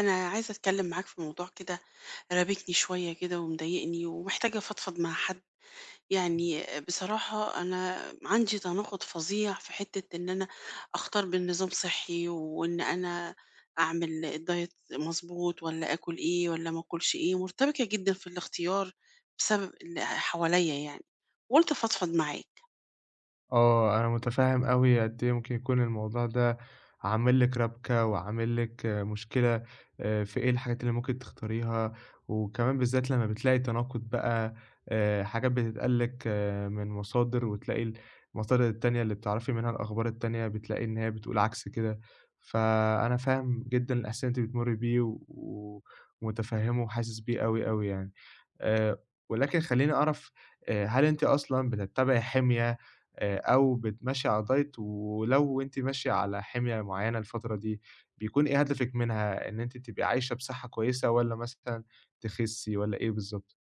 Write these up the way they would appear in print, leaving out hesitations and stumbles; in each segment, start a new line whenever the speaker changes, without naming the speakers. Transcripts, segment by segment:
أنا عايزة أتكلم معاك في موضوع كده. رابكني شوية كده ومضايقني ومحتاجة أفضفض مع حد. يعني بصراحة أنا عندي تناقض فظيع في حتة إن أنا أختار بين نظام صحي وإن أنا أعمل الدايت مظبوط، ولا آكل إيه ولا ما آكلش إيه. مرتبكة جدا في الاختيار بسبب اللي حواليا يعني، وقلت أفضفض معاك.
أنا متفهم أوي قد إيه ممكن يكون الموضوع ده عامل لِك ربكة، وعامل لِك مشكلة. في إيه الحاجات اللي ممكن تختاريها، وكمان بالذات لمّا بتلاقي تناقض بقى حاجات بتتقال لِك من مصادر، وتلاقي المصادر التانية اللي بتعرفي منها الأخبار التانية بتلاقي إن هي بتقول عكس كده، فأنا فاهم جدًا الإحساس اللي أنتِ بتمرّي بيه ومتفهمه وحاسس بيه أوي، أوي يعني. آآ، ولكن خلّيني أعرف هل أنتِ أصلًا بتتبعي حمية أو بتمشّي على diet، ولو أنتِ ماشية على حمية معيّنة الفترة دي، بيكون إيه هدفِك منها؟ إن أنتِ تبقي عايشة بصحّة كويسة، والّا مثلًا تخسّي، والّا إيه بالضبط؟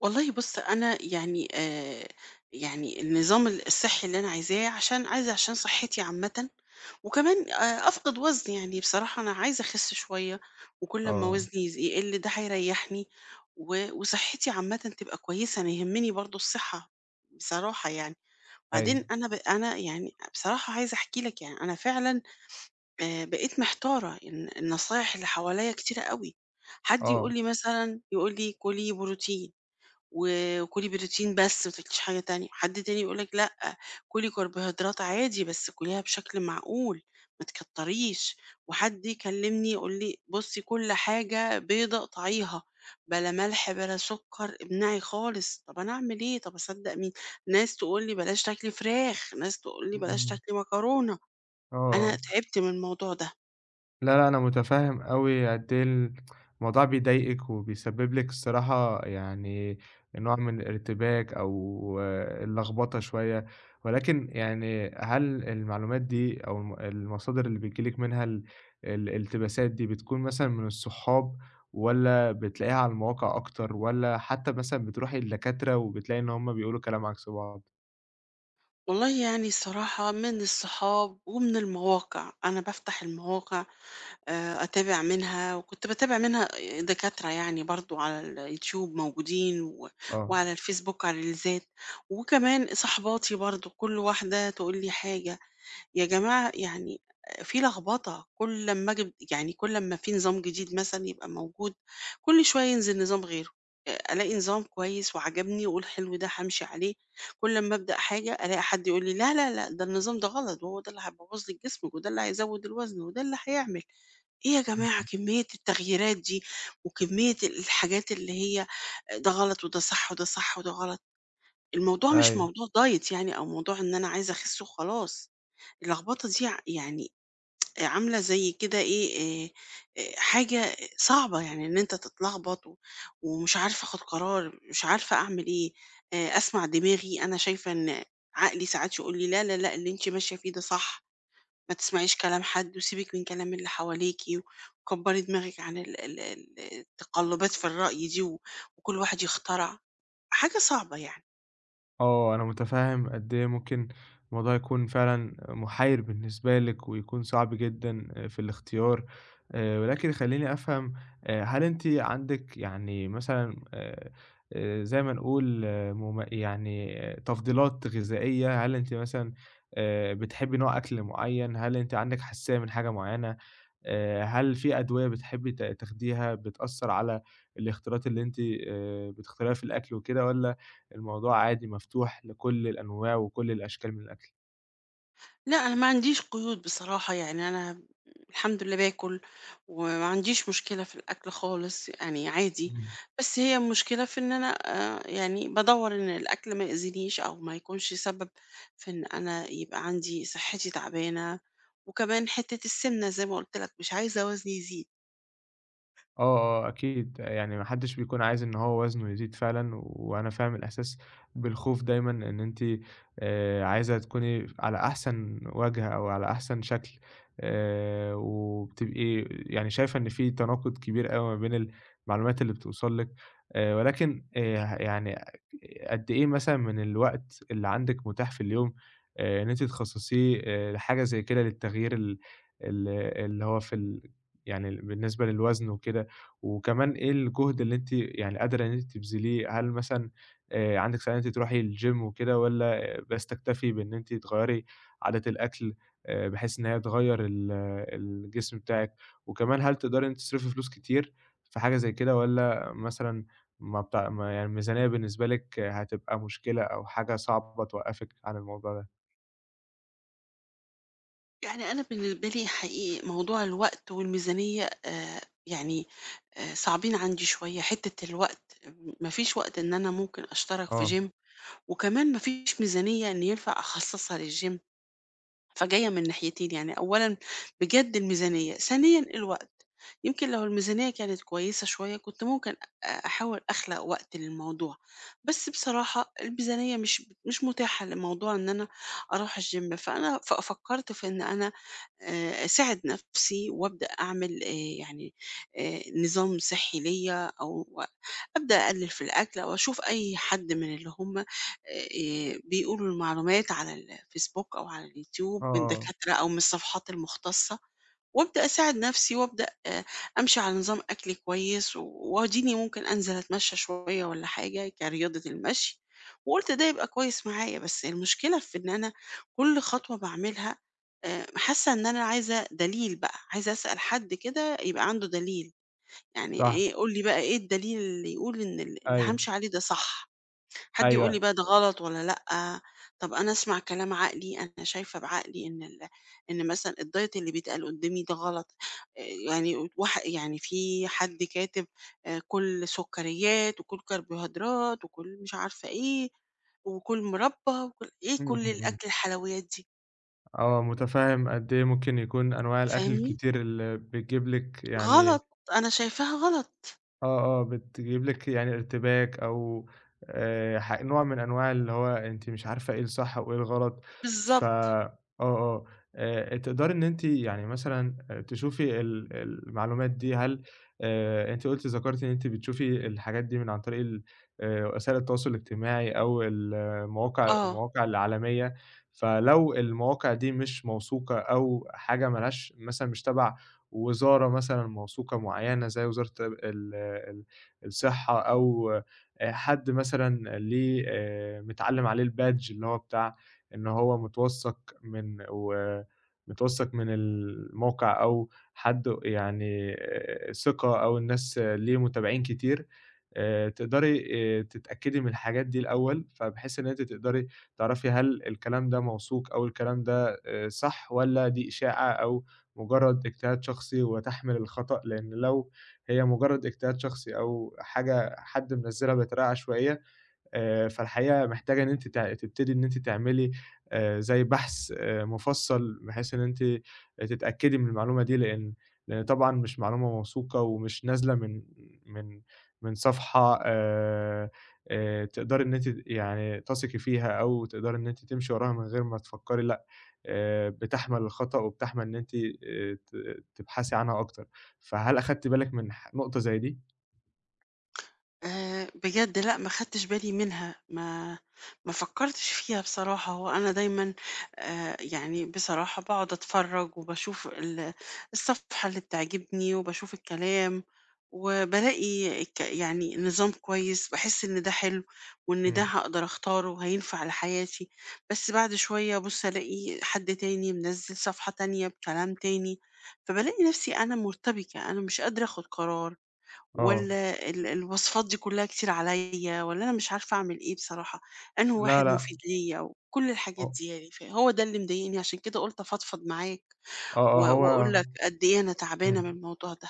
والله بص، أنا يعني يعني النظام الصحي اللي أنا عايزاه، عشان عايزة، عشان صحتي عامة، وكمان أفقد وزن، يعني بصراحة أنا عايزة أخس شوية، وكل أمّا
آه،
وزني يقل ده هيريحني، وصحتي عامةً تبقى كويسة. أنا يهمني برضه الصحة بصراحة يعني.
أيوه،
وبعدين أنا يعني بصراحة عايزة أحكي لك، يعني أنا فعلًا بقيت محتارة. النصايح اللي حواليّا كتيرة أوي. حد
آه،
يقول لي مثلًا، يقول لي كُلي بروتين، و وكُلي بروتين بس ما تاكليش حاجة تانية. حد تاني يقول لِك لأ، كُلي كربوهيدرات عادي بس كُليها بشكل معقول، ما تكتّريش. وحد يكلّمني يقول لي بُصّي، كل حاجة بيضة اقطعيها، بلا ملح بلا سُكّر، امنعي خالص. طَب أنا أعمل إيه؟ طَب أصدّق مين؟ ناس تقول لي بلاش تاكلي فراخ، ناس تقول لي بلاش
إمم،
تاكلي مكرونة.
آه،
أنا
آه.
تعبت من الموضوع ده.
لا، لا، أنا متفهّم أوي قد إيه الموضوع بيضايقِك، وبيسبب لِك الصراحة يعني نوع من الارتباك أو اللخبطة شوية. ولكن يعني هل المعلومات دي أو المصادر اللي بييجي لِك منها الالتباسات دي بتكون مثلًا من الصحاب، والّا بتلاقيها على المواقع أكتر، والّا حتى مثلًا بتروحي لدكاترة وبتلاقي إن هُم بيقولوا كلام عكس بعض؟
والله يعني الصراحة من الصحاب ومن المواقع. أنا بافتح المواقع أتابع منها، وكنت باتابع منها دكاترة يعني برضه على اليوتيوب موجودين،
آه،
وعلى الفيسبوك على الريلزات. وكمان صاحباتي برضه كل واحدة تقول لي حاجة. يا جماعة يعني في لخبطة. كل أمّا آجي، يعني كل أمّا في نظام جديد مثلًا يبقى موجود، كل شوية ينزل نظام غيره. ألاقي نظام كويس وعجبني وأقول حلو ده هامشي عليه. كل أمّا أبدأ حاجة ألاقي حد يقول لي لا، لا، لأ، ده النظام ده غلط، وهو ده اللي هيبوّظ لي الجسم، وده اللي هيزوّد الوزن، وده اللي هيعمل. إيه يا جماعة كمية التغييرات دي، وكمية الحاجات اللي هي ده غلط وده صح وده صح وده غلط. الموضوع مش
أيوه.
موضوع دايت يعني، أو موضوع إن أنا عايزة أخس وخلاص. اللخبطة دي يعني عاملة زي كده إيه. آآ، حاجة صعبة يعني، إن أنت تتلخبط ومش عارفة آخد قرار، مش عارفة أعمل إيه. أسمع دماغي، أنا شايفة إن عقلي ساعات يقول لي لا، لا، لأ، اللي أنتِ ماشية فيه ده صح. ما تسمعيش كلام حد وسيبِك من كلام اللي حواليكِ، وكبّري دماغِك عن ال التقلُّبات في الرأي دي، وكل واحد يخترع. حاجة صعبة يعني.
آه، أنا متفهم قد إيه ممكن الموضوع يكون فعلًا محير بالنسبة لِك، ويكون صعب جدًا في الاختيار. ولكن خلّيني أفهم هل أنتِ عندِك يعني مثلًا زي ما نقول يعني تفضيلات غذائية؟ هل أنتِ مثلًا بتحبي نوع أكل معين؟ هل أنتِ عندِك حساسية من حاجة معينة؟ هل في أدوية بتحبي تاخديها بتأثّر على الاختيارات اللي أنتِ بتختاريها في الأكل وكده، والّا الموضوع عادي مفتوح لكل الأنواع وكل الأشكال من الأكل؟
لأ، أنا ما عنديش قيود بصراحة، يعني أنا الحمد لله باكل، وما عنديش مشكلة في الأكل خالص، يعني عادي.
إمم.
بس هي المشكلة في إن أنا يعني بادوّر إن الأكل ما يأذينيش أو ما يكونش سبب في إن أنا يبقى عندي صحّتي تعبانة، وكمان حتّة السِمنة زي ما قُلت لك، مش عايزة وزني يزيد.
آه، آه، أكيد، يعني ما حدش بيكون عايز إن هو وزنه يزيد فعلًا، وأنا فاهم الإحساس بالخوف دايمًا إن أنتِ عايزة تكوني على أحسن وجه أو على أحسن شكل، وبتبقي يعني شايفة إن في تناقض كبير أوي ما بين المعلومات اللي بتوصل لِك. ولكن يعني قد إيه مثلًا من الوقت اللي عندِك متاح في اليوم إن أنتِ تخصصيه لحاجة زي كده للتغيير ال ال اللي هو في يعني بالنسبة للوزن وكده؟ وكمان إيه الجهد اللي أنتِ يعني قادرة إن أنتِ تبذليه؟ هل مثلًا عندِك سعي إن أنتِ تروحي الgym وكده، والّا بس تكتفي بإن أنتِ تغيّري عادات الأكل بحيث إن هي تغيّر الجسم بتاعِك؟ وكمان هل تقدري إن أنتِ تصرفي فلوس كتير في حاجة زي كده، والّا مثلًا ما بتاع ما يعني الميزانية بالنسبة لِك هتبقى مشكلة أو حاجة صعبة توقّفِك عن الموضوع ده؟
يعني أنا بالنسبة لي حقيقي موضوع الوقت والميزانية يعني صعبين عندي شوية. حتة الوقت، مفيش وقت إن أنا ممكن أشترك في
آه،
جيم، وكمان مفيش ميزانية إن ينفع أخصصها للجيم. فجاية من ناحيتين، يعني أولًا بجد الميزانية، ثانيًا الوقت. يمكن لو الميزانية كانت كويسة شوية كنت ممكن أحاول أخلق وقت للموضوع. بس بصراحة الميزانية مش متاحة لموضوع إن أنا أروح الgym. فأنا فكرت في إن أنا أساعد نفسي وأبدأ أعمل يعني نظام صحي ليّا، أو أبدأ أقلل في الأكل، أو أشوف أي حد من اللي هم بيقولوا المعلومات على الفيسبوك أو على اليوتيوب
آه،
من
آه،
دكاترة أو من الصفحات المختصة. وأبدأ أساعد نفسي وأبدأ أمشي على نظام أكل كويس، وأديني ممكن أنزل أتمشى شوية، والّا حاجة كرياضة المشي. وقُلت ده يبقى كويس معايا. بس المشكلة في إن أنا كل خطوة باعملها حاسة إن أنا عايزة دليل بقى، عايزة أسأل حد كده يبقى عنده دليل. يعني
صح،
إيه، قُل لي بقى إيه الدليل اللي يقول إن اللي
أيوه،
هامشي عليه ده صح؟ حد يقول لي
أيوه،
بقى ده غلط والّا لأ. طب أنا أسمع كلام عقلي، أنا شايفة بعقلي إن إن مثلًا الdiet اللي بيتقال قدّامي ده غلط. آآ يعني وح يعني في حد كاتب كُل سكريات، وكُل كربوهيدرات، وكُل مش عارفة إيه، وكُل مربى، وكُل إيه
إمم،
كُل
إمم، إمم.
الأكل الحلويات دي،
آه، متفهّم قد إيه ممكن يكون أنواع الأكل
فاهمني؟
الكتير اللي بتجيب لِك يعني.
غلط، أنا شايفاها غلط،
آه، آه، بتجيب لِك يعني ارتباك، أو ح نوع من أنواع اللي هو أنتِ مش عارفة إيه الصح وإيه الغلط.
بالضبط،
آه، آه، تقدري إن أنتِ يعني مثلًا تشوفي المعلومات دي. هل أنتِ قُلتِ ذكرتِ إن أنتِ بتشوفي الحاجات دي من عن طريق ال وسائل التواصل الاجتماعي أو
آه.
المواقع العالمية؟ فلو المواقع دي مش موثوقة أو حاجة ما لهاش مثلًا، مش تبع وزارة مثلًا موثوقة معيّنة زي وزارة ال ال الصحة، أو حد مثلًا ليه متعلّم عليه الbadge اللي هو بتاع إن هو متوثّق من و متوثّق من الموقع، أو حد يعني ثقة، أو الناس ليه متابعين كتير، تقدري تتأكدي من الحاجات دي الأول، فبحيث إن أنتِ تقدري تعرفي هل الكلام ده موثوق أو الكلام ده صح، والّا دي إشاعة أو مجرد اجتهاد شخصي وتحمل الخطأ. لإن لو هي مجرد اجتهاد شخصي أو حاجة حد منزّلها بطريقة عشوائية، فالحقيقة محتاجة إن أنتِ تبتدي إن أنتِ تعملي زي بحث مُفصّل، بحيث إن أنتِ تتأكدي من المعلومة دي، لإن طبعًا مش معلومة موثوقة ومش نازلة من من صفحة تقدري إن أنتِ يعني تثقي فيها أو تقدري إن أنتِ تمشي وراها من غير ما تفكّري، لأ. بتحمل الخطأ، وبتحمل إن أنتِ ت تبحثي عنها أكتر. فهل أخدتِ بالِك من نقطة زي دي؟
بجد لأ، ما خدتش بالي منها، ما فكّرتش فيها بصراحة. هو أنا دايمًا يعني بصراحة باقعد أتفرّج وباشوف الصفحة اللي بتعجبني وباشوف الكلام. وبالاقي يعني نظام كويس، باحس إن ده حلو وإن ده
إمم،
هاقدر أختاره وهينفع لحياتي. بس بعد شوية أبُص ألاقي حد تاني منزّل صفحة تانية بكلام تاني، فبالاقي نفسي أنا مرتبكة، أنا مش قادرة آخُد قرار.
آه،
والّا الوصفات دي كلّها كتير عليّا، والّا أنا مش عارفة أعمل إيه بصراحة، أنهي
لا،
واحد
لأ،
مفيد ليّا وكل الحاجات
هو
دي يعني. فهو ده اللي مضايقني، عشان كده قُلت أفضفض معاك
آه، آه، هو
وأقول لك قد إيه أنا تعبانة من
إمم،
الموضوع ده.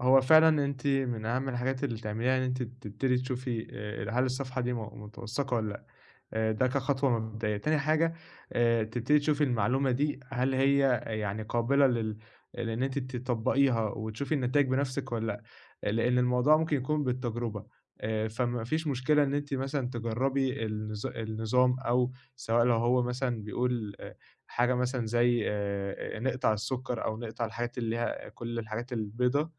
هو فعلًا أنتِ من أهم الحاجات اللي تعمليها إن أنتِ تبتدي تشوفي هل الصفحة دي متوثّقة والّا لأ. ده كخطوة مبدئية. تاني حاجة تبتدي تشوفي المعلومة دي هل هي يعني قابلة لإن أنتِ تطبّقيها وتشوفي النتايج بنَفْسِك والّا لأ، لإن الموضوع ممكن يكون بالتجربة. فما فيش مشكلة إن أنتِ مثلًا تجرّبي النظام، أو سواء لو هو مثلًا بيقول حاجة مثلًا زي نقطع السُكّر أو نقطع الحاجات اللي ليها كل الحاجات البيضا،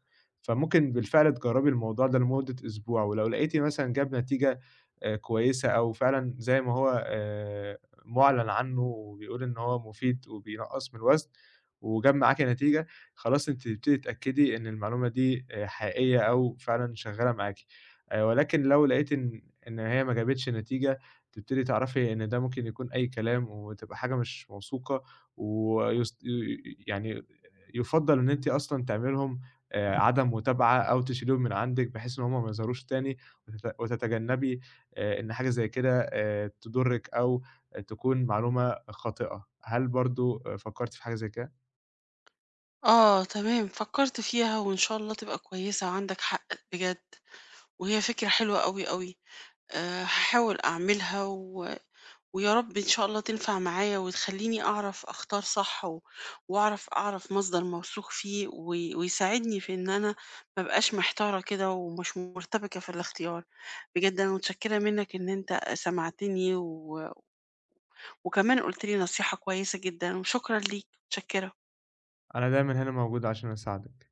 فممكن بالفعل تجرّبي الموضوع ده لمدة أسبوع، ولو لقيتِ مثلًا جاب نتيجة كويسة أو فعلًا زي ما هو مُعلَن عنّه وبيقول إن هو مفيد وبينقّص من الوزن وجاب معاكِ نتيجة، خلاص أنتِ تبتدي تتأكدي إن المعلومة دي حقيقية أو فعلًا شغّالة معاكِ. ولكن لو لقيتِ إن هي ما جابتش نتيجة، تبتدي تعرفي إن ده ممكن يكون أي كلام وتبقى حاجة مش موثوقة ويست ي ي يعني يُفضّل إن أنتِ أصلًا تعملي لهم عدم متابعة أو تشيليهم من عندِك بحيث إن هم ما يظهروش تاني، وتتجنّبي إن حاجة زي كده تضُرِّك أو تكون معلومة خاطئة. هل برضه فكّرتِ في حاجة زي كده؟
آه تمام، فكّرت فيها وإن شاء الله تبقى كويسة وعندك حق بجد، وهي فكرة حلوة أوي، أوي. هاحاول أعملها، ويا رب إن شاء الله تنفع معايا وتخلّيني أعرف أختار صح، وأعرف مصدر موثوق فيه ويساعدني في إن أنا ما أبقاش محتارة كده ومش مرتبكة في الاختيار. بجد أنا متشكّرة منّك إن أنت سمعتني، وكمان قُلت لي نصيحة كويسة جدًا، وشكرًا ليك، متشكّرة.
أنا دايمًا هنا موجود عشان أساعدِك.